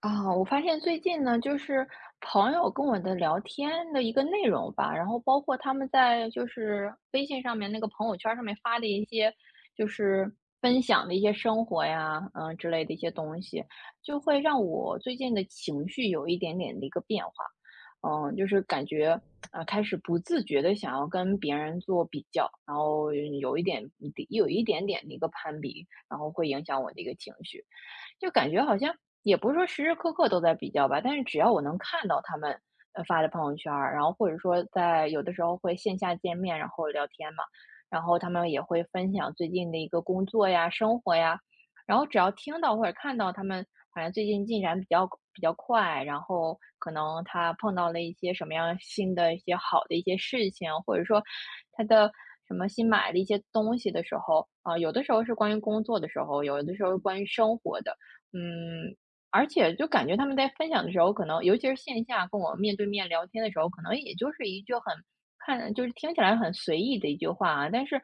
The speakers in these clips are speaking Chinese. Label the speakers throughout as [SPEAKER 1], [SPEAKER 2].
[SPEAKER 1] 啊，我发现最近呢，就是朋友跟我的聊天的一个内容吧，然后包括他们在就是微信上面那个朋友圈上面发的一些，就是分享的一些生活呀，之类的一些东西，就会让我最近的情绪有一点点的一个变化，就是感觉开始不自觉的想要跟别人做比较，然后有一点点的一个攀比，然后会影响我的一个情绪。就感觉好像也不是说时时刻刻都在比较吧，但是只要我能看到他们发的朋友圈儿，然后或者说在有的时候会线下见面，然后聊天嘛，然后他们也会分享最近的一个工作呀、生活呀，然后只要听到或者看到他们好像最近进展比较快，然后可能他碰到了一些什么样新的一些好的一些事情，或者说他的什么新买的一些东西的时候，有的时候是关于工作的时候，有的时候是关于生活的，嗯，而且就感觉他们在分享的时候，可能尤其是线下跟我面对面聊天的时候，可能也就是一句很就是听起来很随意的一句话啊，但是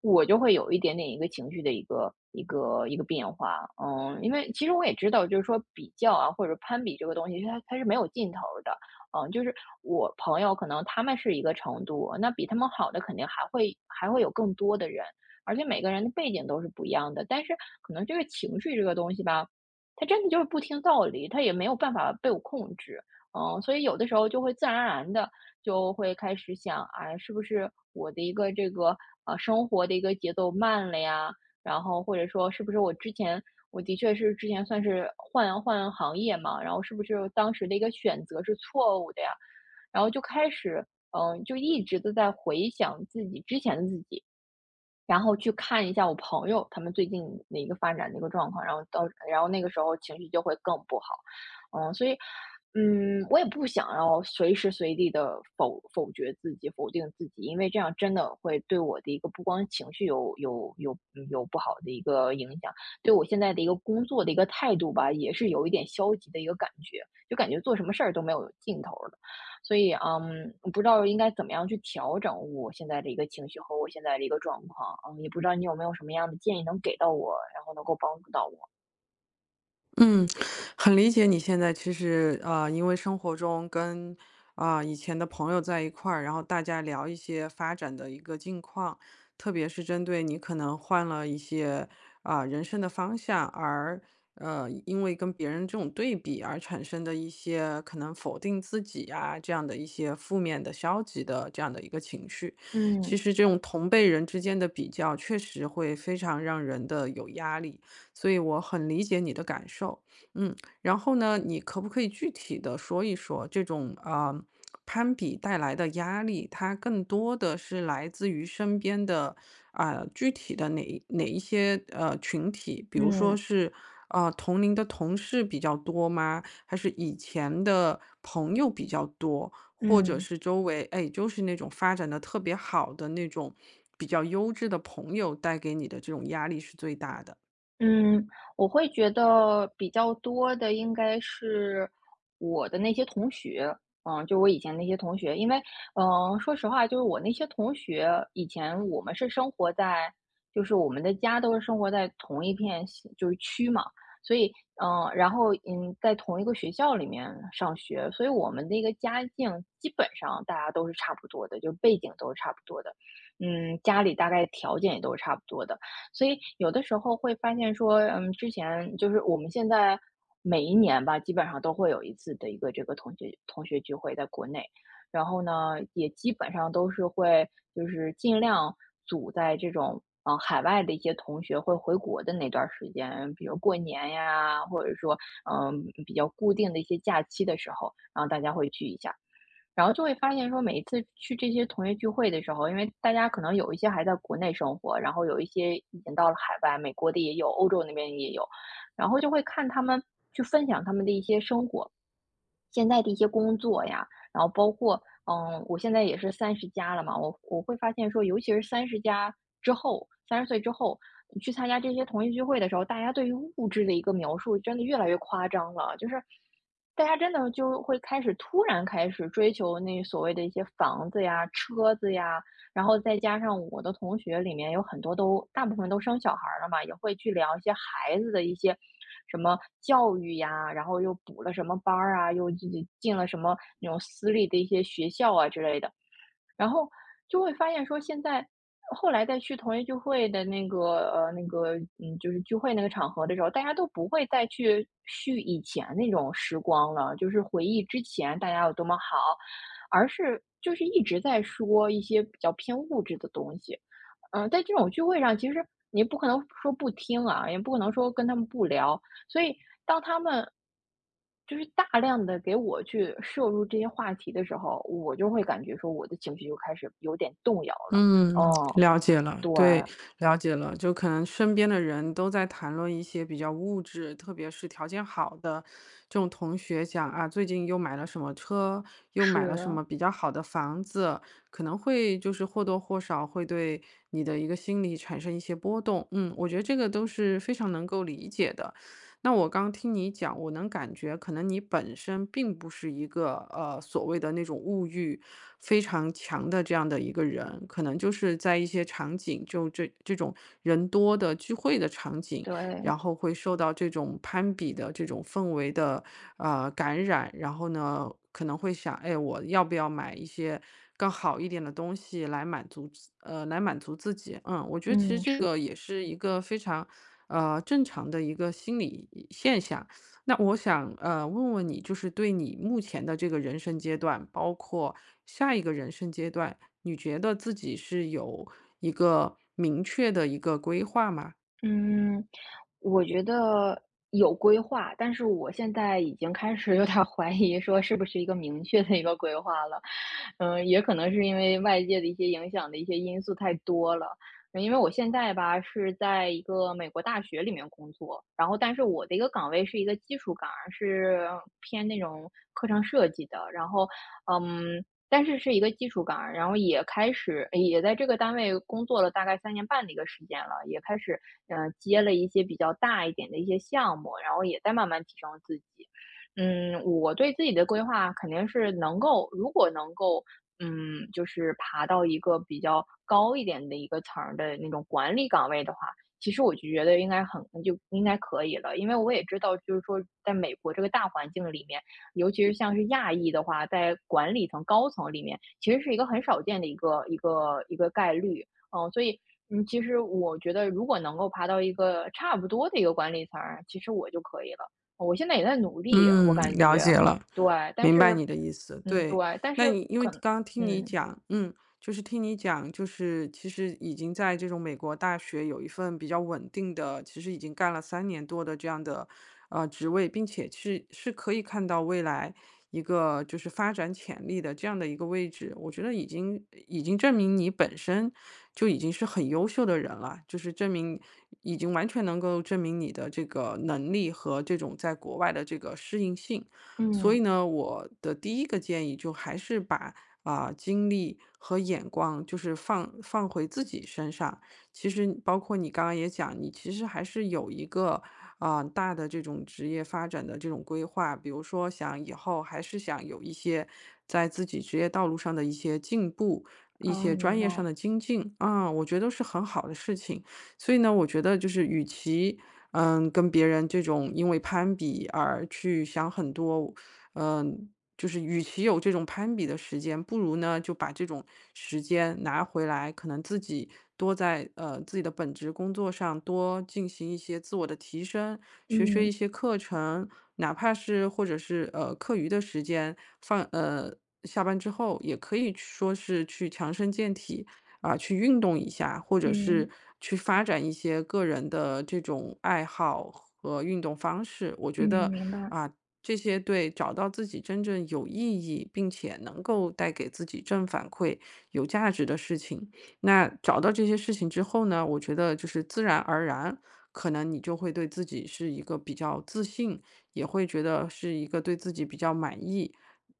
[SPEAKER 1] 我就会有一点点一个情绪的一个变化。因为其实我也知道，就是说比较啊或者攀比这个东西，它是没有尽头儿的。就是我朋友可能他们是一个程度，那比他们好的肯定还会有更多的人，而且每个人的背景都是不一样的，但是可能这个情绪这个东西吧。他真的就是不听道理，他也没有办法被我控制。所以有的时候就会自然而然的就会开始想，啊，是不是我的一个这个，生活的一个节奏慢了呀？然后或者说是不是我的确是之前算是换换行业嘛，然后是不是当时的一个选择是错误的呀？然后就开始，就一直都在回想自己之前的自己。然后去看一下我朋友他们最近的一个发展的一个状况，然后到然后那个时候情绪就会更不好。所以，我也不想要随时随地的否决自己、否定自己，因为这样真的会对我的一个不光情绪有不好的一个影响，对我现在的一个工作的一个态度吧，也是有一点消极的一个感觉，就感觉做什么事儿都没有尽头了。所以，我不知道应该怎么样去调整我现在的一个情绪和我现在的一个状况，也不知道你有没有什么样的建议能给到我，然后能够帮助到我。
[SPEAKER 2] 嗯，很理解你现在其实啊、因为生活中跟啊、以前的朋友在一块儿，然后大家聊一些发展的一个近况，特别是针对你可能换了一些啊、人生的方向，而因为跟别人这种对比而产生的一些可能否定自己啊这样的一些负面的、消极的这样的一个情绪，
[SPEAKER 1] 嗯
[SPEAKER 2] 其实这种同辈人之间的比较确实会非常让人的有压力。所以我很理解你的感受。嗯，然后呢，你可不可以具体的说一说这种，攀比带来的压力，它更多的是来自于身边的，啊，具体的哪一些，群体？比如说
[SPEAKER 1] 嗯
[SPEAKER 2] 是，同龄的同事比较多吗？还是以前的朋友比较多？或者
[SPEAKER 1] 嗯，
[SPEAKER 2] 是周围，哎，就是那种发展的特别好的那种比较优质的朋友带给你的这种压力是最大的？
[SPEAKER 1] 嗯，我会觉得比较多的应该是我的那些同学，就我以前那些同学，因为，说实话，就是我那些同学，以前我们是生活在，就是我们的家都是生活在同一片就是区嘛，所以，然后，在同一个学校里面上学，所以我们的一个家境基本上大家都是差不多的，就背景都是差不多的，家里大概条件也都是差不多的。所以有的时候会发现说，之前就是我们现在每一年吧，基本上都会有一次的一个这个同学聚会在国内，然后呢，也基本上都是会就是尽量组在这种海外的一些同学会回国的那段儿时间，比如过年呀，或者说比较固定的一些假期的时候，然后大家会聚一下。然后就会发现说，每一次去这些同学聚会的时候，因为大家可能有一些还在国内生活，然后有一些已经到了海外，美国的也有，欧洲那边也有，然后就会看他们去分享他们的一些生活，现在的一些工作呀，然后包括我现在也是三十加了嘛，我会发现说，尤其是三十加之后，30岁之后，你去参加这些同学聚会的时候，大家对于物质的一个描述真的越来越夸张了，就是大家真的就会突然开始追求那所谓的一些房子呀、车子呀，然后再加上我的同学里面有很多都大部分都生小孩儿了嘛，也会去聊一些孩子的一些什么教育呀，然后又补了什么班儿啊，又进了什么那种私立的一些学校啊之类的。然后就会发现说现在后来再去同学聚会的那个,就是聚会那个场合的时候，大家都不会再去叙以前那种时光了，就是回忆之前大家有多么好，而是就是一直在说一些比较偏物质的东西。在这种聚会上，其实你不可能说不听啊，也不可能说跟他们不聊，所以当他们就是大量的给我去摄入这些话题的时候，我就会感觉说我的情绪就开始有点动摇了。
[SPEAKER 2] 嗯，
[SPEAKER 1] 嗯，
[SPEAKER 2] 了解了，
[SPEAKER 1] 对，
[SPEAKER 2] 对，了解了。就可能身边的人都在谈论一些比较物质，特别是条件好的这种同学讲啊，最近又买了什么车，又
[SPEAKER 1] 是，
[SPEAKER 2] 买了什么比较好的房子，可能会就是或多或少会对你的一个心理产生一些波动。嗯，我觉得这个都是非常能够理解的。那我刚听你讲，我能感觉可能你本身并不是一个所谓的那种物欲非常强的这样的一个人，可能就是在一些场景，就这种人多的聚会的场景。
[SPEAKER 1] 对，
[SPEAKER 2] 然后会受到这种攀比的这种氛围的感染，然后呢可能会想，哎，我要不要买一些更好一点的东西来满足自呃来满足自己？嗯，我觉得其实
[SPEAKER 1] 嗯，
[SPEAKER 2] 这
[SPEAKER 1] 是，
[SPEAKER 2] 个也是一个非常正常的一个心理现象。那我想问问你，就是对你目前的这个人生阶段，包括下一个人生阶段，你觉得自己是有一个明确的一个规划吗？
[SPEAKER 1] 嗯，我觉得有规划，但是我现在已经开始有点儿怀疑说是不是一个明确的一个规划了。也可能是因为外界的一些影响的一些因素太多了。因为我现在吧是在一个美国大学里面工作，然后但是我的一个岗位是一个技术岗，是偏那种课程设计的。然后，但是是一个技术岗，然后也开始也在这个单位工作了大概3年半的一个时间了，也开始接了一些比较大一点的一些项目，然后也在慢慢提升自己。我对自己的规划肯定是能够，如果能够就是爬到一个比较高一点的一个层儿的那种管理岗位的话，其实我就觉得应该很就应该可以了。因为我也知道，就是说在美国这个大环境里面，尤其是像是亚裔的话，在管理层高层里面，其实是一个很少见的一个概率。所以其实我觉得如果能够爬到一个差不多的一个管理层儿，其实我就可以了。我现在也在努力，我
[SPEAKER 2] 嗯，
[SPEAKER 1] 感
[SPEAKER 2] 了
[SPEAKER 1] 觉，
[SPEAKER 2] 解了。
[SPEAKER 1] 对，但
[SPEAKER 2] 明白
[SPEAKER 1] 是。
[SPEAKER 2] 你的意思，
[SPEAKER 1] 嗯，
[SPEAKER 2] 对。
[SPEAKER 1] 对，但
[SPEAKER 2] 那
[SPEAKER 1] 是
[SPEAKER 2] 你因为
[SPEAKER 1] 可能
[SPEAKER 2] 刚刚听你
[SPEAKER 1] 嗯，
[SPEAKER 2] 讲，嗯，就是听你讲，就是其实已经在这种美国大学有一份比较稳定的，其实已经干了三年多的这样的，职位，并且是可以看到未来一个就是发展潜力的这样的一个位置。我觉得已经证明你本身就已经是很优秀的人了，就是证明已经完全能够证明你的这个能力和这种在国外的这个适应性。所
[SPEAKER 1] 嗯，
[SPEAKER 2] 以呢，我的第一个建议就还是把啊、精力和眼光就是放回自己身上。其实包括你刚刚也讲，你其实还是有一个啊、大的这种职业发展的这种规划，比如说想以后还是想有一些在自己职业道路上的一些进步。一
[SPEAKER 1] 哦，
[SPEAKER 2] 些
[SPEAKER 1] 明
[SPEAKER 2] 专
[SPEAKER 1] 白，
[SPEAKER 2] 业上的精进啊，我觉得是很好的事情。所以呢，我觉得就是与其嗯跟别人这种因为攀比而去想很多，嗯、就是与其有这种攀比的时间，不如呢就把这种时间拿回来，可能自己多在自己的本职工作上多进行一些自我的提升，学学
[SPEAKER 1] 嗯，
[SPEAKER 2] 一些课程，哪怕是或者是课余的时间下班之后，也可以说是去强身健体啊、去运动一下，或者是
[SPEAKER 1] 嗯，
[SPEAKER 2] 去发展一些个人的这种爱好和运动方式。我
[SPEAKER 1] 嗯，
[SPEAKER 2] 觉得
[SPEAKER 1] 明白，
[SPEAKER 2] 啊、这些对，找到自己真正有意义，并且能够带给自己正反馈、有价值的事情。那找到这些事情之后呢，我觉得就是自然而然，可能你就会对自己是一个比较自信，也会觉得是一个对自己比较满意，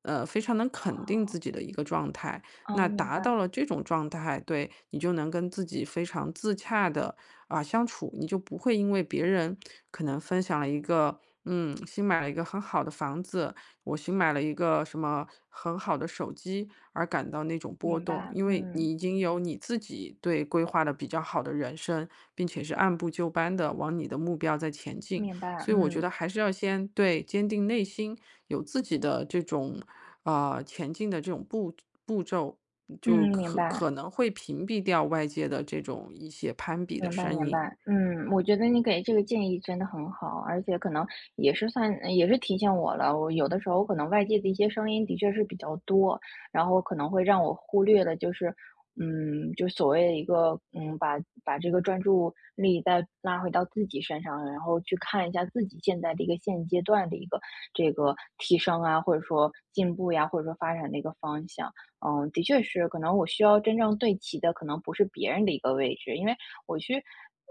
[SPEAKER 2] 非常能肯定自己的一个状态。
[SPEAKER 1] 哦，
[SPEAKER 2] 那
[SPEAKER 1] 明
[SPEAKER 2] 达
[SPEAKER 1] 白，
[SPEAKER 2] 到了这种状态，对，你就能跟自己非常自洽的啊、相处，你就不会因为别人可能分享了一个，嗯，新买了一个很好的房子，我新买了一个什么很好的手机而感到那种波
[SPEAKER 1] 明
[SPEAKER 2] 动，
[SPEAKER 1] 白，
[SPEAKER 2] 因为
[SPEAKER 1] 嗯，
[SPEAKER 2] 你已经有你自己对规划的比较好的人生，并且是按部就班的往你的目标在前进。
[SPEAKER 1] 明白，
[SPEAKER 2] 所以我觉
[SPEAKER 1] 嗯，
[SPEAKER 2] 得还是要先对坚定内心，有自己的这种啊、前进的这种步骤，就
[SPEAKER 1] 嗯，明
[SPEAKER 2] 可
[SPEAKER 1] 白。
[SPEAKER 2] 可能会屏蔽掉外界的这种一些攀比的
[SPEAKER 1] 明白
[SPEAKER 2] 声
[SPEAKER 1] 明
[SPEAKER 2] 音。
[SPEAKER 1] 白，嗯，我觉得你给这个建议真的很好，而且可能算也是提醒我了，我有的时候可能外界的一些声音的确是比较多，然后可能会让我忽略了，就是，就所谓的一个，把这个专注力再拉回到自己身上，然后去看一下自己现在的一个现阶段的一个这个提升啊，或者说进步呀，或者说发展的一个方向。的确是，可能我需要真正对齐的，可能不是别人的一个位置，因为。我去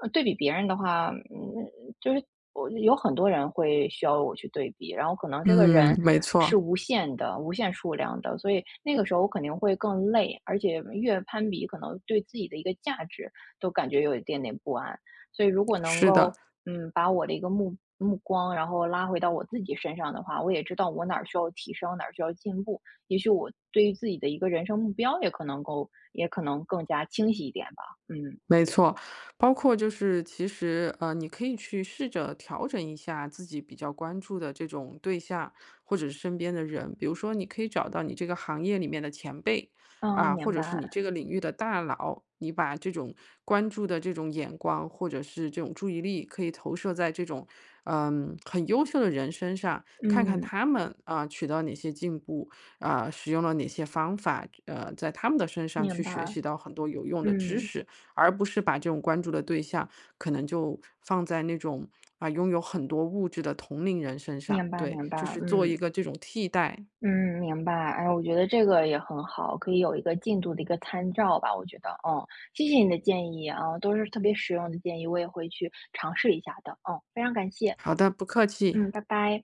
[SPEAKER 1] 对比别人的话，就是我有很多人会需要我去对比，然后可能这个
[SPEAKER 2] 嗯，
[SPEAKER 1] 人
[SPEAKER 2] 没错，
[SPEAKER 1] 是无限的、无限数量的，所以那个时候我肯定会更累，而且越攀比，可能对自己的一个价值都感觉有一点点不安。所以如果能
[SPEAKER 2] 是的。
[SPEAKER 1] 够，把我的一个目光，然后拉回到我自己身上的话，我也知道我哪儿需要提升，哪儿需要进步。也许我对于自己的一个人生目标也可能更加清晰一点吧。嗯。
[SPEAKER 2] 没错，包括就是其实，你可以去试着调整一下自己比较关注的这种对象，或者是身边的人。比如说，你可以找到你这个行业里面的前辈
[SPEAKER 1] 啊，
[SPEAKER 2] 啊，或
[SPEAKER 1] 明
[SPEAKER 2] 者是你
[SPEAKER 1] 白，
[SPEAKER 2] 这个领域的大佬，你把这种关注的这种眼光，或者是这种注意力，可以投射在这种嗯很优秀的人身上，看看
[SPEAKER 1] 嗯，
[SPEAKER 2] 他们啊取得哪些进步，啊使用了哪些方法，在他们的身上
[SPEAKER 1] 明
[SPEAKER 2] 去学
[SPEAKER 1] 白，
[SPEAKER 2] 习到很多有用的知
[SPEAKER 1] 嗯，
[SPEAKER 2] 识。而不是把这种关注的对象可能就放在那种啊拥有很多物质的同龄人身上。
[SPEAKER 1] 明白，
[SPEAKER 2] 对，
[SPEAKER 1] 明白，
[SPEAKER 2] 就是做一
[SPEAKER 1] 嗯，
[SPEAKER 2] 个这种替代。
[SPEAKER 1] 嗯，明白。哎，我觉得这个也很好，可以有一个进度的一个参照吧，我觉得，谢谢你的建议啊，都是特别实用的建议，我也会去尝试一下的，非常感谢，
[SPEAKER 2] 好的，不客气。
[SPEAKER 1] 嗯，拜拜。